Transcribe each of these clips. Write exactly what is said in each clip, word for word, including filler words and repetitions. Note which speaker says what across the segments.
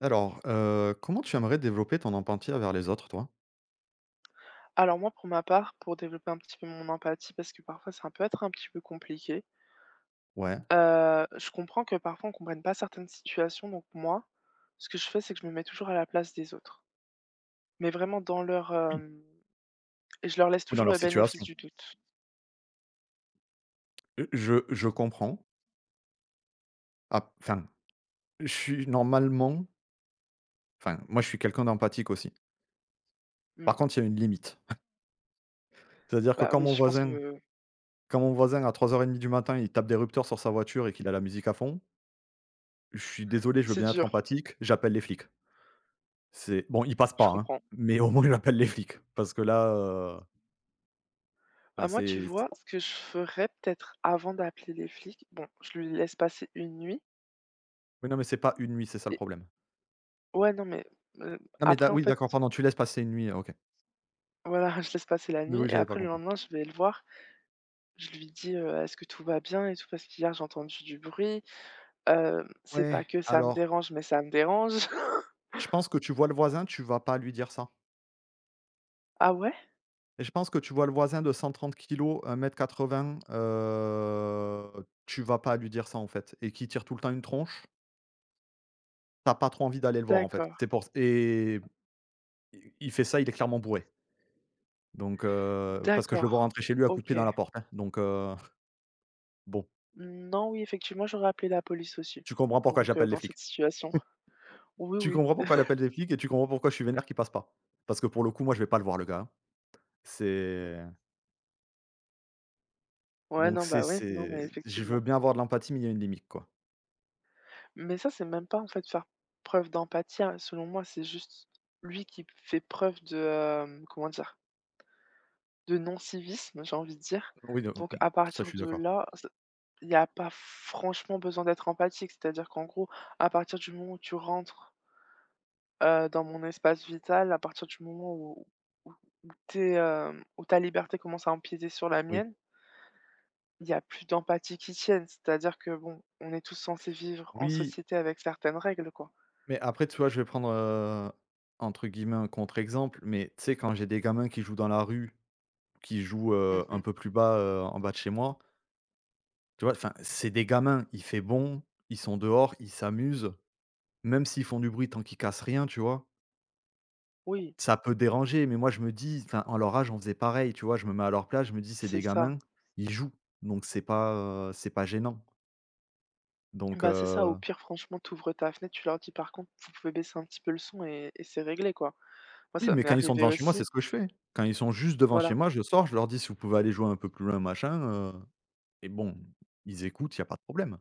Speaker 1: Alors, heu, comment tu aimerais développer ton empathie envers les autres, toi?
Speaker 2: Alors moi, pour ma part, pour développer un petit peu mon empathie, parce que parfois ça peut être un petit peu compliqué,
Speaker 1: Ouais.
Speaker 2: heu, je comprends que parfois on comprenne pas certaines situations, donc moi, ce que je fais, c'est que je me mets toujours à la place des autres. Mais vraiment dans leur,
Speaker 1: Oui.
Speaker 2: hem et je leur laisse
Speaker 1: Ou dans
Speaker 2: toujours
Speaker 1: leur
Speaker 2: le bénéfice
Speaker 1: situation.
Speaker 2: du doute.
Speaker 1: Heu, je je comprends. Ah, enfin, je suis normalement enfin, moi, je suis quelqu'un d'empathique aussi. Par
Speaker 2: Mmh.
Speaker 1: contre, il y a une limite. C'est-à-dire que
Speaker 2: Bah
Speaker 1: quand
Speaker 2: oui,
Speaker 1: mon
Speaker 2: je pense que
Speaker 1: voisin
Speaker 2: euh,
Speaker 1: quand mon voisin à trois heures trente du matin, il tape des rupteurs sur sa voiture et qu'il a la musique à fond. Je suis désolé, je veux
Speaker 2: c'est
Speaker 1: bien être
Speaker 2: dur,
Speaker 1: empathique, j'appelle les flics. C'est bon, ils passent
Speaker 2: je
Speaker 1: pas, hein,
Speaker 2: comprends.
Speaker 1: mais au moins j'appelle les flics, parce que là, heu, enfin,
Speaker 2: Bah moi, tu
Speaker 1: c'est c
Speaker 2: vois, ce que je ferais peut-être avant d'appeler les flics, bon, je lui laisse passer une nuit
Speaker 1: oui, non, mais c'est pas une nuit, c'est ça le
Speaker 2: et
Speaker 1: problème.
Speaker 2: ouais, non, mais, heu,
Speaker 1: Non, mais d'a
Speaker 2: après en
Speaker 1: oui,
Speaker 2: fait,
Speaker 1: d'accord, pardon, tu laisses passer une nuit, OK.
Speaker 2: voilà, je laisse passer la
Speaker 1: Mais
Speaker 2: nuit
Speaker 1: oui,
Speaker 2: et
Speaker 1: j'avais pas
Speaker 2: après le
Speaker 1: compris.
Speaker 2: lendemain, je vais le voir. Je lui dis, heu: «Est-ce que tout va bien et tout?» parce qu'hier j'ai entendu du bruit, heu, c'est pas
Speaker 1: Ouais.
Speaker 2: que ça me
Speaker 1: Alors,
Speaker 2: dérange, mais ça me dérange.
Speaker 1: je pense que tu vois le voisin, tu vas pas lui dire ça.
Speaker 2: «Ah ouais?
Speaker 1: Et je pense que tu vois le voisin de cent trente kilos, un m quatre-vingts, heu, tu vas pas lui dire ça, en fait, et qui tire tout le temps une tronche. T'as pas trop envie d'aller le voir, en fait.
Speaker 2: D'accord,
Speaker 1: C'est pour et il il fait ça, il est clairement bourré. Donc heu, parce que je le vois
Speaker 2: d'accord,
Speaker 1: rentrer chez lui à coups de pied
Speaker 2: OK.
Speaker 1: dans la porte, hein. Donc heu, bon,
Speaker 2: Non, oui, effectivement, j'aurais appelé la police aussi,
Speaker 1: tu comprends pourquoi
Speaker 2: donc
Speaker 1: j'appelle
Speaker 2: heu,
Speaker 1: les
Speaker 2: dans
Speaker 1: flics.
Speaker 2: cette situation. Oui,
Speaker 1: Tu
Speaker 2: oui.
Speaker 1: comprends pourquoi j'appelle les flics et tu comprends pourquoi je suis vénère qui passe pas. Parce que pour le coup, moi, je vais pas le voir, le gars, hein. C'est
Speaker 2: Ouais,
Speaker 1: Donc
Speaker 2: non,
Speaker 1: c'est
Speaker 2: bah, ouais, non,
Speaker 1: c'est
Speaker 2: mais
Speaker 1: je veux
Speaker 2: effectivement».
Speaker 1: bien avoir de l'empathie, mais il y a une limite, quoi.
Speaker 2: Mais ça, c'est même pas, en fait, faire preuve d'empathie, hein, selon moi, c'est juste lui qui fait preuve de, hem, comment dire? De non-civisme, j'ai envie de dire,
Speaker 1: Oui, de
Speaker 2: donc
Speaker 1: mmh,
Speaker 2: à
Speaker 1: ça, je
Speaker 2: partir
Speaker 1: suis
Speaker 2: de
Speaker 1: d'accord.
Speaker 2: là. Il y a pas franchement besoin d'être empathique, c'est-à-dire qu'en gros, à partir du moment où tu rentres, heu, dans mon espace vital, à partir du moment où où où tu es, où ta liberté commence à empiéter sur la
Speaker 1: Oui.
Speaker 2: mienne, il y a plus d'empathie qui tienne. C'est-à-dire que bon, on est tous censés vivre en
Speaker 1: Oui,
Speaker 2: société avec certaines règles, quoi.
Speaker 1: mais après, tu vois, je vais prendre, heu, entre guillemets, un «contre-exemple», mais tu sais, quand j'ai des gamins qui jouent dans la rue, qui jouent, heu, un
Speaker 2: Mmh.
Speaker 1: peu plus bas, heu, en bas de chez moi, tu vois? Enfin, c'est des gamins, il fait bon, ils sont dehors, ils s'amusent. Même s'ils font du bruit tant qu'ils cassent rien, tu vois?
Speaker 2: Oui,
Speaker 1: Ça peut déranger, mais moi, je me dis, enfin, à leur âge, on faisait pareil, tu vois? Je me mets à leur place, je me dis: «C'est
Speaker 2: c'est
Speaker 1: des
Speaker 2: ça.
Speaker 1: gamins, ils jouent», donc c'est pas, heu, c'est pas gênant. Donc
Speaker 2: Bah, c'est ça, au
Speaker 1: heu,
Speaker 2: pire, franchement, t'ouvres ta fenêtre, tu leur dis: «Par contre, vous pouvez baisser un petit peu le son» et et c'est réglé, quoi. Moi,
Speaker 1: oui,
Speaker 2: ça
Speaker 1: mais
Speaker 2: m'est
Speaker 1: quand ils sont
Speaker 2: arrivé
Speaker 1: devant chez moi, c'est
Speaker 2: aussi,
Speaker 1: ce que je fais. Quand ils sont juste devant chez
Speaker 2: voilà.
Speaker 1: moi, je sors, je leur dis: «Si vous pouvez aller jouer un peu plus loin, machin», heu et bon, ils écoutent, il y a pas de problème.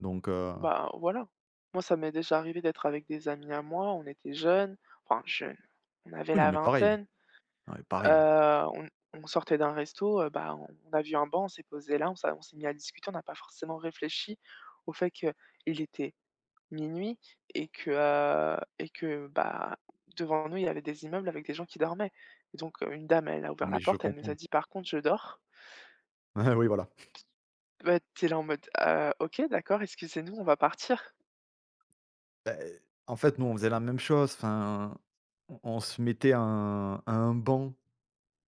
Speaker 1: Donc heu,
Speaker 2: Bah, voilà. Moi, ça m'est déjà arrivé d'être avec des amis à moi, on était jeunes, enfin jeunes, on avait
Speaker 1: oui, non,
Speaker 2: la
Speaker 1: mais pareil,
Speaker 2: vingtaine,
Speaker 1: non, mais
Speaker 2: heu,
Speaker 1: pareil.
Speaker 2: on on sortait d'un resto, heu, bah, on on a vu un banc, on s'est posé là, on s'a on s'est mis à discuter, on n'a pas forcément réfléchi au fait que il était minuit et que, heu et que, bah, devant nous, il y avait des immeubles avec des gens qui dormaient. Et donc, heu, une dame, elle a
Speaker 1: Non,
Speaker 2: ouvert la
Speaker 1: mais je
Speaker 2: porte, elle nous
Speaker 1: comprends.
Speaker 2: a dit: «Par contre, je dors».
Speaker 1: Ouais, oui, voilà.
Speaker 2: Bah, tu là en mode: «Heu, OK, d'accord, excusez-nous, on va partir».
Speaker 1: Bah, en fait, nous, on faisait la même chose, enfin, on on se mettait à un à un banc,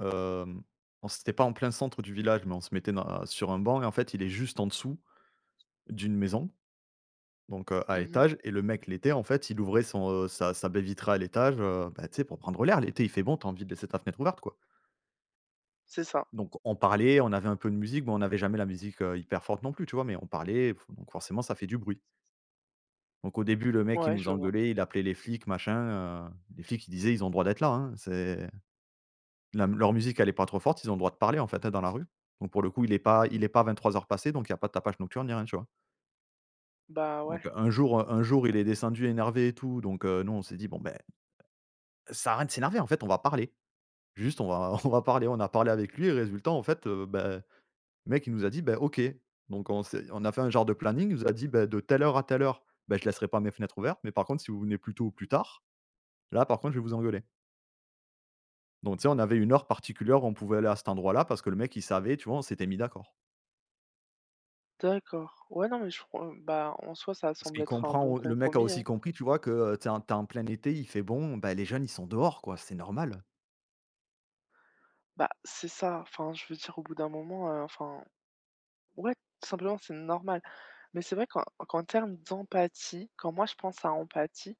Speaker 1: hem, on c'était pas en plein centre du village, mais on se mettait dans sur un banc, et en fait, il est juste en dessous d'une maison. Donc heu, à
Speaker 2: Mmh.
Speaker 1: étage, et le mec l'été, en fait, il ouvrait son, heu, sa sa baie vitrée à l'étage, heu, bah, tu sais, pour prendre l'air. L'été, il fait bon, t'as envie de laisser ta fenêtre ouverte, quoi.
Speaker 2: C'est ça.
Speaker 1: Donc on parlait, on avait un peu de musique, mais on n'avait jamais la musique, heu, hyper forte non plus, tu vois? Mais on parlait, f donc forcément, ça fait du bruit. Donc au début, le mec, il
Speaker 2: Ouais,
Speaker 1: nous
Speaker 2: je vois.
Speaker 1: engueulait, il appelait les flics, machin, heu, les flics, ils disaient: «Ils ont le droit d'être là, hein, c'est la leur musique, elle est pas trop forte, ils ont le droit de parler, en fait, hein, dans la rue». Donc pour le coup, il est pas
Speaker 2: Mmh.
Speaker 1: il est pas vingt trois heures passées, donc il y a pas de tapage nocturne ni rien, tu vois?
Speaker 2: Bah,
Speaker 1: Donc
Speaker 2: ouais.
Speaker 1: un jour, un jour, il est descendu énervé et tout. Donc heu, nous, on s'est dit: «Bon, ben, ça arrête de s'énerver, en fait, on va parler. Juste, on va on va parler», on a parlé avec lui et résultat, en fait, heu, bah, le mec, il nous a dit: «Bah, OK». Donc on s'est on a fait un genre de planning, il nous a dit: «Bah, de telle heure à telle heure, bah, je laisserai pas mes fenêtres ouvertes, mais par contre, si vous venez plus tôt ou plus tard, là, par contre, je vais vous engueuler». Donc tu sais, on avait une heure particulière où on pouvait aller à cet endroit-là parce que le mec, il savait, tu vois, on s'était mis d'accord.
Speaker 2: D'accord. Ouais, non, mais je crois bah, en soi, ça
Speaker 1: Parce
Speaker 2: semble
Speaker 1: qu'il
Speaker 2: être un bon
Speaker 1: comprend le mec a
Speaker 2: compromis,
Speaker 1: aussi
Speaker 2: hein.
Speaker 1: compris, tu vois, que, heu, tu en tu en plein été, il fait bon, bah, les jeunes, ils sont dehors, quoi, c'est normal.
Speaker 2: Bah, c'est ça, enfin, je veux dire, au bout d'un moment, heu, enfin, ouais, tout simplement, c'est normal. Mais c'est vrai qu'en qu'en termes d'empathie, quand moi je pense à empathie,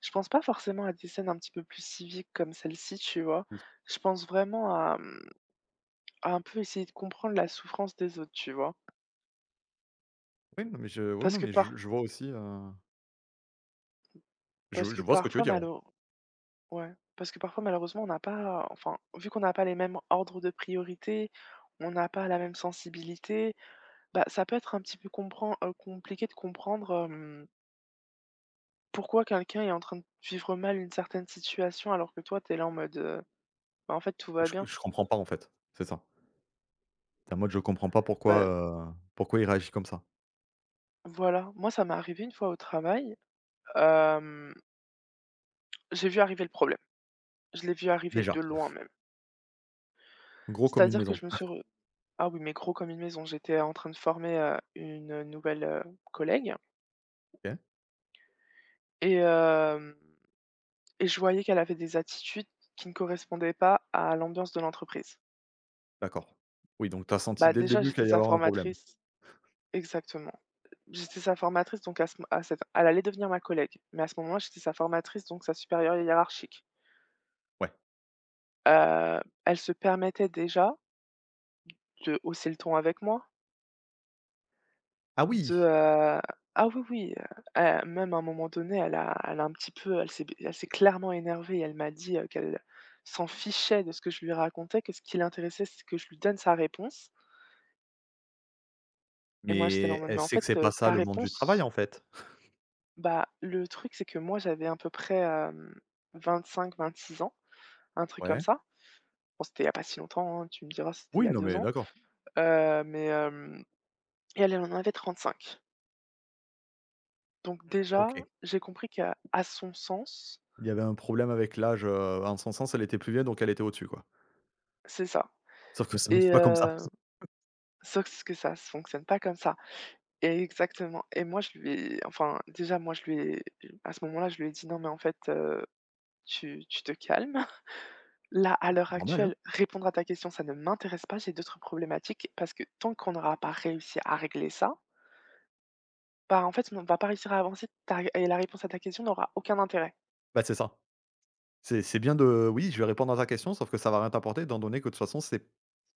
Speaker 2: je pense pas forcément à des scènes un petit peu plus civiques comme celle-ci, tu vois?
Speaker 1: Oui.
Speaker 2: Je pense vraiment à, mmh, à un peu essayer de comprendre la souffrance des autres, tu vois?
Speaker 1: Oui, non, mais je oui,
Speaker 2: Parce
Speaker 1: non,
Speaker 2: que
Speaker 1: mais
Speaker 2: par
Speaker 1: je je vois aussi, heu, je
Speaker 2: parce que
Speaker 1: je vois ce que tu veux
Speaker 2: parfois
Speaker 1: dire.
Speaker 2: malheure ouais, parce que parfois malheureusement on n'a pas enfin, vu qu'on n'a pas les mêmes ordres de priorité, on n'a pas la même sensibilité, bah, ça peut être un petit peu compren heu, compliqué de comprendre, hem, pourquoi quelqu'un est en train de vivre mal une certaine situation alors que toi t'es là en mode, heu: «Bah, en fait tout va
Speaker 1: Je
Speaker 2: bien».
Speaker 1: je comprends pas, en fait, c'est ça. Tu es en mode je comprends pas pourquoi,
Speaker 2: Bah,
Speaker 1: heu, pourquoi il réagit comme ça,
Speaker 2: voilà, moi ça m'est arrivé une fois au travail. Hem, j'ai vu arriver le problème. Je l'ai vu arriver
Speaker 1: déjà.
Speaker 2: de loin même.
Speaker 1: Gros comme une
Speaker 2: C'est-à-dire que
Speaker 1: maison.
Speaker 2: je me suis re ah oui, mais gros comme une maison. J'étais en train de former, heu, une, nouvelle, heu, collègue
Speaker 1: OK,
Speaker 2: et hem et je voyais qu'elle avait des attitudes qui ne correspondaient pas à l'ambiance de l'entreprise.
Speaker 1: d'accord. Oui, donc t'as senti
Speaker 2: Bah,
Speaker 1: dès le
Speaker 2: déjà,
Speaker 1: début qu'il
Speaker 2: j'étais
Speaker 1: allait y
Speaker 2: sa
Speaker 1: avoir un problème?
Speaker 2: formatrice, exactement. J'étais sa formatrice, donc à ce m à cette elle allait devenir ma collègue, mais à ce moment-là, j'étais sa formatrice, donc sa supérieure hiérarchique.
Speaker 1: Ouais.
Speaker 2: Heu, elle se permettait déjà de hausser le ton avec moi.
Speaker 1: Ah
Speaker 2: De,
Speaker 1: oui!
Speaker 2: heu ah oui, oui, heu, elle même à un moment donné, elle a elle a un petit peu elle s'est elle s'est clairement énervée. Elle m'a dit, heu, qu'elle s'en fichait de ce que je lui racontais, que ce qui l'intéressait, c'est que je lui donne sa réponse. Et moi, j'étais là en
Speaker 1: Mais
Speaker 2: mode:
Speaker 1: elle
Speaker 2: «Mais en
Speaker 1: sait que c'est
Speaker 2: fait,
Speaker 1: pas
Speaker 2: heu,
Speaker 1: ça
Speaker 2: ta
Speaker 1: le monde du travail,
Speaker 2: réponse».
Speaker 1: en fait?
Speaker 2: Bah, le truc, c'est que moi, j'avais à peu près, euh, vingt-cinq, vingt-six ans, un truc comme
Speaker 1: Ouais.
Speaker 2: ça. Bon, c'était il y a pas si longtemps, hein, tu me diras, c'était il y
Speaker 1: Oui,
Speaker 2: a
Speaker 1: non,
Speaker 2: deux
Speaker 1: mais
Speaker 2: ans,
Speaker 1: d'accord.
Speaker 2: heu, mais hem et elle, elle en avait trente-cinq. Donc déjà,
Speaker 1: OK.
Speaker 2: j'ai compris qu'à à son sens,
Speaker 1: Il y avait un problème avec l'âge, heu, en son sens elle était plus vieille, donc elle était au-dessus, quoi.
Speaker 2: c'est ça.
Speaker 1: Sauf que ça ne marche
Speaker 2: Et
Speaker 1: pas comme ça.
Speaker 2: heu, sauf que ça ne fonctionne pas comme ça. Et exactement. Et moi, je lui ai enfin, déjà, moi, je lui ai à ce moment-là, je lui ai dit: «Non, mais en fait, heu, tu tu te calmes. Là, à l'heure
Speaker 1: Normal, hein?
Speaker 2: actuelle, répondre à ta question, ça ne m'intéresse pas. J'ai d'autres problématiques parce que tant qu'on n'aura pas réussi à régler ça, bah, en fait, on ne va pas réussir à avancer. Ta et la réponse à ta question n'aura aucun intérêt».
Speaker 1: Bah, c'est ça. C'est c'est bien de oui, je vais répondre à ta question, sauf que ça va rien t'apporter, étant donné que de toute façon, c'est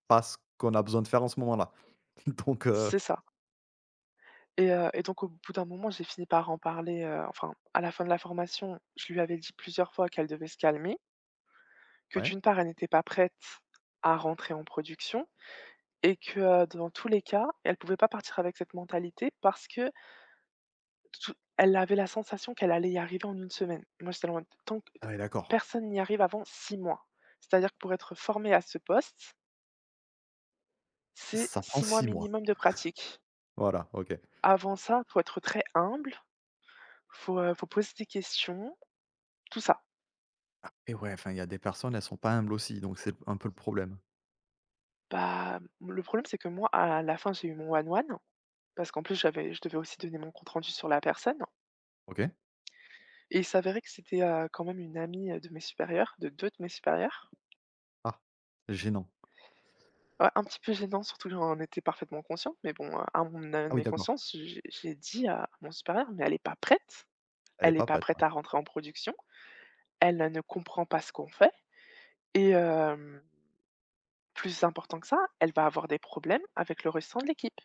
Speaker 1: pas ce qu'on a besoin de faire en ce moment-là. Donc, heu
Speaker 2: C'est ça. Et heu, et donc au bout d'un moment, j'ai fini par en parler, heu, enfin, à la fin de la formation, je lui avais dit plusieurs fois qu'elle devait se calmer, que
Speaker 1: ouais?
Speaker 2: d'une part, elle n'était pas prête à rentrer en production et que, heu, dans tous les cas, elle pouvait pas partir avec cette mentalité parce que tout elle avait la sensation qu'elle allait y arriver en une semaine. Moi, j'étais là en mode: «Tant que
Speaker 1: Ah ouais, d'accord.
Speaker 2: personne n'y arrive avant six mois». C'est-à-dire que pour être formé à ce poste, c'est
Speaker 1: Ça prend
Speaker 2: six mois
Speaker 1: six mois.
Speaker 2: minimum de pratique.
Speaker 1: Voilà, OK.
Speaker 2: Avant ça, faut être très humble, faut, heu, faut poser des questions, tout ça.
Speaker 1: Et ouais, enfin, il y a des personnes, elles sont pas humbles aussi, donc c'est un peu le problème.
Speaker 2: Bah, le problème, c'est que moi, à la fin, j'ai eu mon one-one parce qu'en plus j'avais je devais aussi donner mon compte rendu sur la personne.
Speaker 1: OK.
Speaker 2: Et il s'avérait que c'était, heu, quand même une amie, heu, de mes supérieurs, de deux de mes supérieurs.
Speaker 1: Ah, gênant.
Speaker 2: Ouais, un petit peu gênant, surtout que j'en étais parfaitement conscient, mais bon, heu, à mon
Speaker 1: Ah
Speaker 2: âme
Speaker 1: oui,
Speaker 2: et
Speaker 1: d'accord.
Speaker 2: conscience, j'ai j'ai dit à mon supérieur: «Mais elle est pas prête,
Speaker 1: Elle est
Speaker 2: elle est
Speaker 1: pas
Speaker 2: pas
Speaker 1: prête. Ouais.
Speaker 2: prête à rentrer en production, elle, ne comprend pas ce qu'on fait et hem, plus important que ça, elle va avoir des problèmes avec le restant de l'équipe,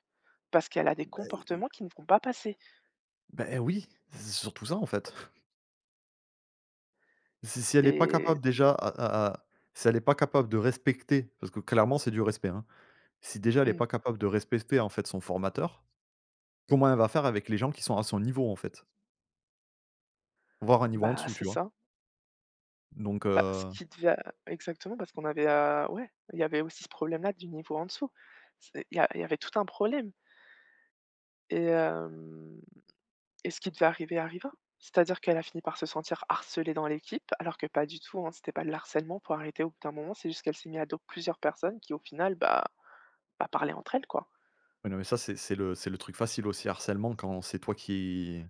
Speaker 2: parce qu'elle a des comportements qui ne vont pas passer».
Speaker 1: Ben oui, c'est surtout ça en fait. Si si elle est pas
Speaker 2: Et
Speaker 1: capable, déjà, à à à si elle est pas capable de respecter, parce que clairement c'est du respect, hein. Si déjà elle est
Speaker 2: mmh,
Speaker 1: pas capable de respecter, en fait, son formateur, comment elle va faire avec les gens qui sont à son niveau, en fait? Voire un niveau en
Speaker 2: bah,
Speaker 1: dessous, tu
Speaker 2: c'est
Speaker 1: vois?
Speaker 2: ça.
Speaker 1: Donc
Speaker 2: Bah, ce
Speaker 1: heu,
Speaker 2: qui devient exactement, parce qu'on avait, heu, ouais, il y avait aussi ce problème-là du niveau en dessous. C'est il y a il y avait tout un problème et hem et ce qui devait arriver arriva. C'est-à-dire qu'elle a fini par se sentir harcelée dans l'équipe, alors que pas du tout, hein, c'était pas de l'harcèlement, pour arrêter au bout d'un moment, c'est juste qu'elle s'est mise à dos plusieurs personnes qui au final, bah, bah, parlaient entre elles, quoi.
Speaker 1: ouais, non, mais ça, c'est c'est le c'est le truc facile aussi, harcèlement, quand c'est toi qui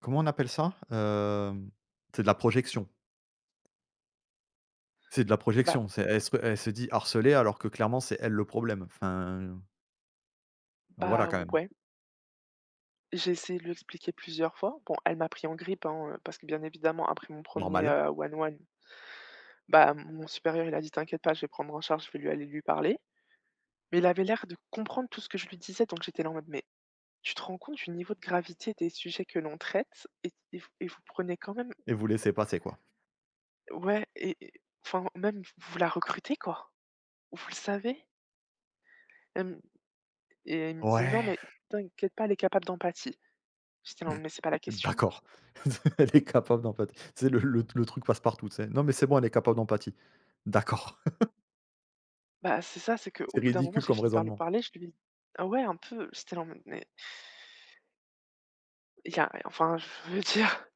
Speaker 1: comment on appelle ça? Hem, c'est de la projection. C'est de la
Speaker 2: Bah
Speaker 1: projection, c'est elle se elle se dit harcelée, alors que clairement c'est elle le problème. Enfin, voilà
Speaker 2: bah,
Speaker 1: quand même.
Speaker 2: ouais, j'ai essayé de lui expliquer plusieurs fois. Bon, elle m'a pris en grippe, hein, heu, parce que bien évidemment après mon premier
Speaker 1: Normal.
Speaker 2: er one-one, bah, mon supérieur il a dit: «T'inquiète pas, je vais prendre en charge, je vais lui aller lui parler». Mais il avait l'air de comprendre tout ce que je lui disais, donc j'étais là en mode: «Mais tu te rends compte du niveau de gravité des sujets que l'on traite et et vous et vous prenez quand même».
Speaker 1: Et vous laissez passer, quoi.
Speaker 2: Ouais, et et enfin même vous la recrutez quoi, vous le savez? Hem Et elle me disait: «Non
Speaker 1: Ouais,
Speaker 2: mais t'inquiète pas, elle est capable d'empathie». J'étais là en mode: «Mais c'est pas la question».
Speaker 1: d'accord. Elle est capable d'empathie. C'est le le le truc passe-partout, tu sais? Non, mais c'est bon, elle est capable d'empathie. D'accord,
Speaker 2: Bah, c'est ça, c'est qu'au
Speaker 1: c'est
Speaker 2: bout d'un moment,
Speaker 1: ridicule
Speaker 2: j'ai
Speaker 1: comme
Speaker 2: fini par lui
Speaker 1: raisonnement.
Speaker 2: parler, je lui ai dit, ah ouais un peu, j'étais là en mode: «Mais il y a enfin je veux dire,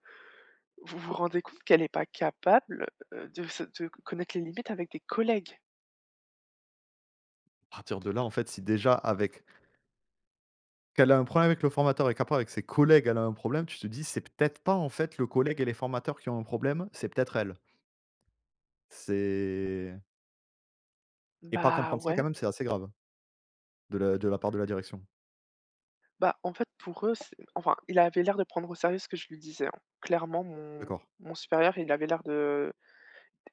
Speaker 2: vous vous rendez compte qu'elle est pas capable, heu, de se de connaître les limites avec des collègues?»
Speaker 1: À partir de là, en fait, si déjà avec qu'elle a un problème avec le formateur et qu'après avec ses collègues, elle a un problème, tu te dis: «C'est peut-être pas, en fait, le collègue et les formateurs qui ont un problème, c'est peut-être elle». C'est et pas
Speaker 2: Bah
Speaker 1: comprendre ça quand
Speaker 2: ouais.
Speaker 1: même, c'est assez grave de la de la part de la direction.
Speaker 2: Bah, en fait, pour eux, c'est enfin, il avait l'air de prendre au sérieux ce que je lui disais, hein. Clairement, mon
Speaker 1: D'accord,
Speaker 2: mon supérieur, il avait l'air de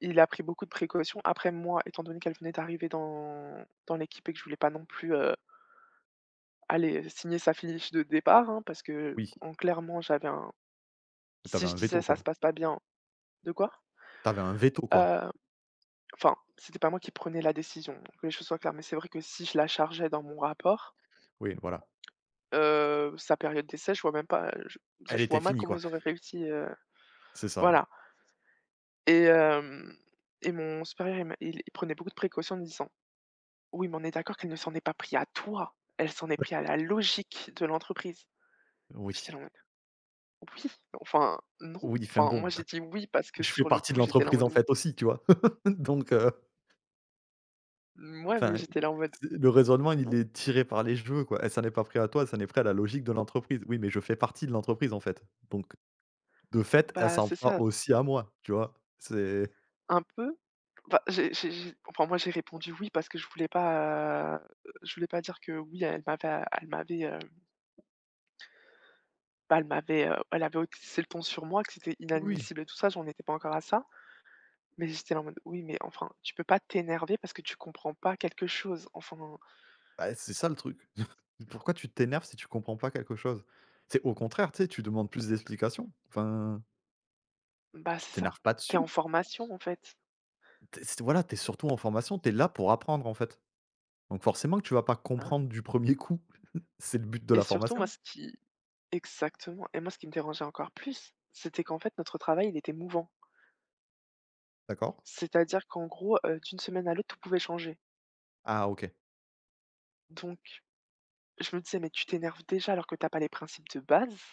Speaker 2: il a pris beaucoup de précautions. Après, moi, étant donné qu'elle venait d'arriver dans dans l'équipe et que je voulais pas non plus, heu, aller signer sa fiche de départ, hein, parce que,
Speaker 1: oui.
Speaker 2: bon, clairement, j'avais un
Speaker 1: T'avais
Speaker 2: si je
Speaker 1: un
Speaker 2: disais:
Speaker 1: veto,
Speaker 2: «Ça se
Speaker 1: quoi.
Speaker 2: passe pas bien», de quoi?
Speaker 1: T'avais un veto, quoi.
Speaker 2: Heu, enfin, c'était pas moi qui prenais la décision, que les choses soient claires, mais c'est vrai que si je la chargeais dans mon rapport,
Speaker 1: Oui, voilà.
Speaker 2: heu, sa période d'essai, je vois même pas, je
Speaker 1: Elle
Speaker 2: je
Speaker 1: était
Speaker 2: vois mal
Speaker 1: finie,
Speaker 2: comment
Speaker 1: quoi.
Speaker 2: ils auraient réussi, heu,
Speaker 1: C'est ça, ouais.
Speaker 2: voilà. Et hem et mon supérieur, il m'a il il prenait beaucoup de précautions en me disant: «Oui, mais on est d'accord qu'elle ne s'en est pas pris à toi, elle s'en est pris à la logique de l'entreprise».
Speaker 1: Oui.
Speaker 2: J'étais là en mode: «Oui, enfin non».
Speaker 1: Oui, enfin
Speaker 2: Enfin,
Speaker 1: bon.
Speaker 2: moi, j'ai dit: «Oui» parce que
Speaker 1: Je fais
Speaker 2: sur le
Speaker 1: partie de
Speaker 2: coup, j'étais là en
Speaker 1: l'entreprise,
Speaker 2: mode
Speaker 1: en
Speaker 2: ou
Speaker 1: fait, aussi, tu vois? Donc heu,
Speaker 2: mouais,
Speaker 1: enfin,
Speaker 2: mais j'étais là en mode:
Speaker 1: c'est le raisonnement, il est tiré par les cheveux, quoi. Eh, ça n'est pas pris à toi, ça n'est pris à la logique de l'entreprise. Oui, mais je fais partie de l'entreprise, en fait. Donc de fait, elle
Speaker 2: «Bah,
Speaker 1: s'en
Speaker 2: c'est
Speaker 1: prend
Speaker 2: ça,
Speaker 1: aussi à moi, tu vois? C'est
Speaker 2: un peu». Enfin, j'ai j'ai j'ai enfin, moi, j'ai répondu: «Oui» parce que je voulais pas, heu, je voulais pas dire que oui, elle m'avait elle m'avait, heu, bah, elle m'avait, heu, elle avait haussé le ton sur moi, que c'était
Speaker 1: Oui,
Speaker 2: inadmissible et tout ça, j'en étais pas encore à ça. Mais j'étais là en mode: «Oui, mais enfin, tu peux pas t'énerver parce que tu comprends pas quelque chose, enfin,
Speaker 1: bah, c'est ça le truc. Pourquoi tu t'énerves si tu comprends pas quelque chose? C'est au contraire, tu sais, tu demandes plus d'explications. Enfin,
Speaker 2: bah,
Speaker 1: tu
Speaker 2: c'est ça.
Speaker 1: t'énerves pas
Speaker 2: T'es en
Speaker 1: dessus.
Speaker 2: formation, en fait,
Speaker 1: Tu c'est voilà, t'es surtout en formation, t'es là pour apprendre, en fait. Donc forcément que tu vas pas
Speaker 2: hein».
Speaker 1: comprendre du premier coup. C'est le but de
Speaker 2: Et
Speaker 1: la
Speaker 2: surtout, moi,
Speaker 1: formation,
Speaker 2: ce qui exactement et moi, ce qui me dérangeait encore plus, c'était qu'en fait, notre travail, il était mouvant.
Speaker 1: d'accord?
Speaker 2: C'est-à-dire qu'en gros, heu, d'une semaine à l'autre, tout pouvait changer.
Speaker 1: Ah, OK.
Speaker 2: Donc je me disais: «Mais tu t'énerves déjà alors que t'as pas les principes de base,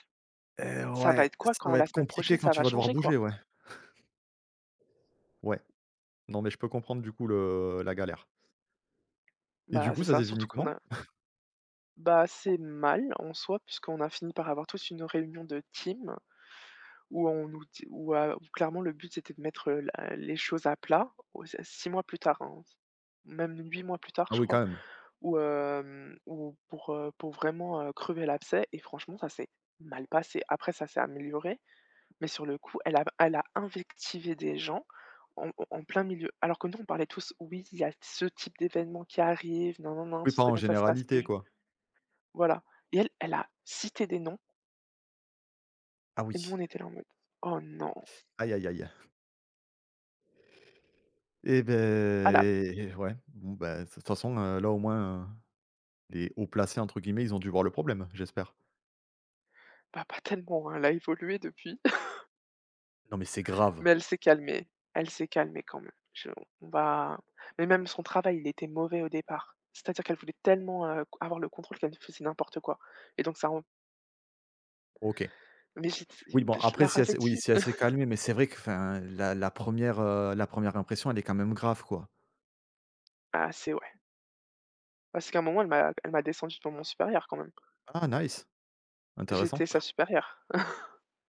Speaker 1: Et
Speaker 2: ça va
Speaker 1: ouais,
Speaker 2: être quoi
Speaker 1: ça
Speaker 2: quand
Speaker 1: va
Speaker 2: la
Speaker 1: être
Speaker 2: semaine
Speaker 1: compliqué
Speaker 2: prochaine
Speaker 1: quand
Speaker 2: ça
Speaker 1: tu
Speaker 2: va
Speaker 1: vas devoir
Speaker 2: changer,
Speaker 1: bouger,
Speaker 2: quoi?»
Speaker 1: ouais. Ouais. Non, mais je peux comprendre du coup le la galère. Et du
Speaker 2: Bah,
Speaker 1: coup,
Speaker 2: c'est
Speaker 1: ça
Speaker 2: ça,
Speaker 1: s'est fini
Speaker 2: surtout qu'on
Speaker 1: comment?
Speaker 2: a bah, c'est mal en soi puisqu'on a fini par avoir tous une réunion de team, où on nous dit où, heu, où clairement le but c'était de mettre, heu, la les choses à plat. Oh, c'est six mois plus tard, hein, même huit mois plus tard
Speaker 1: Ah
Speaker 2: je
Speaker 1: oui, quand
Speaker 2: crois,
Speaker 1: même.
Speaker 2: où, hem, où pour, heu, pour vraiment, heu, crever l'abcès, et franchement ça s'est mal passé. Après ça s'est amélioré, mais sur le coup elle a elle a invectivé des gens en en plein milieu. Alors que nous on parlait tous: «Oui, il y a ce type d'événement qui arrive, non non non
Speaker 1: Oui,
Speaker 2: ce
Speaker 1: pas
Speaker 2: serait
Speaker 1: en
Speaker 2: bien que ça se passe
Speaker 1: généralité,
Speaker 2: plus».
Speaker 1: quoi.
Speaker 2: Voilà, et elle, elle a cité des noms,
Speaker 1: Ah
Speaker 2: et nous
Speaker 1: oui.
Speaker 2: on était là en mode: «Oh non!»
Speaker 1: Aïe, aïe, aïe. Et
Speaker 2: à la
Speaker 1: ben ouais. Bon, ben, de toute façon, heu, là au moins, heu, les «hauts placés», entre guillemets, ils ont dû voir le problème, j'espère?
Speaker 2: Bah, pas tellement, hein, elle a évolué depuis,
Speaker 1: Non, mais c'est grave.
Speaker 2: mais elle s'est calmée. Elle s'est calmée quand même. Je on va mais même son travail, il était mauvais au départ. C'est-à-dire qu'elle voulait tellement, heu, avoir le contrôle qu'elle faisait n'importe quoi, et donc ça ren
Speaker 1: OK.
Speaker 2: mais j'ai
Speaker 1: Oui, bon,
Speaker 2: je
Speaker 1: après,
Speaker 2: leur
Speaker 1: si elle
Speaker 2: avais
Speaker 1: s'est oui,
Speaker 2: dit.
Speaker 1: si elle s'est calmée, mais c'est vrai que, enfin, la la première, la première impression, elle est quand même grave, quoi.
Speaker 2: Ah c'est ouais, parce qu'à un moment elle m'a elle m'a descendue devant mon supérieur quand même.
Speaker 1: Ah nice, intéressant.
Speaker 2: J'étais sa supérieure.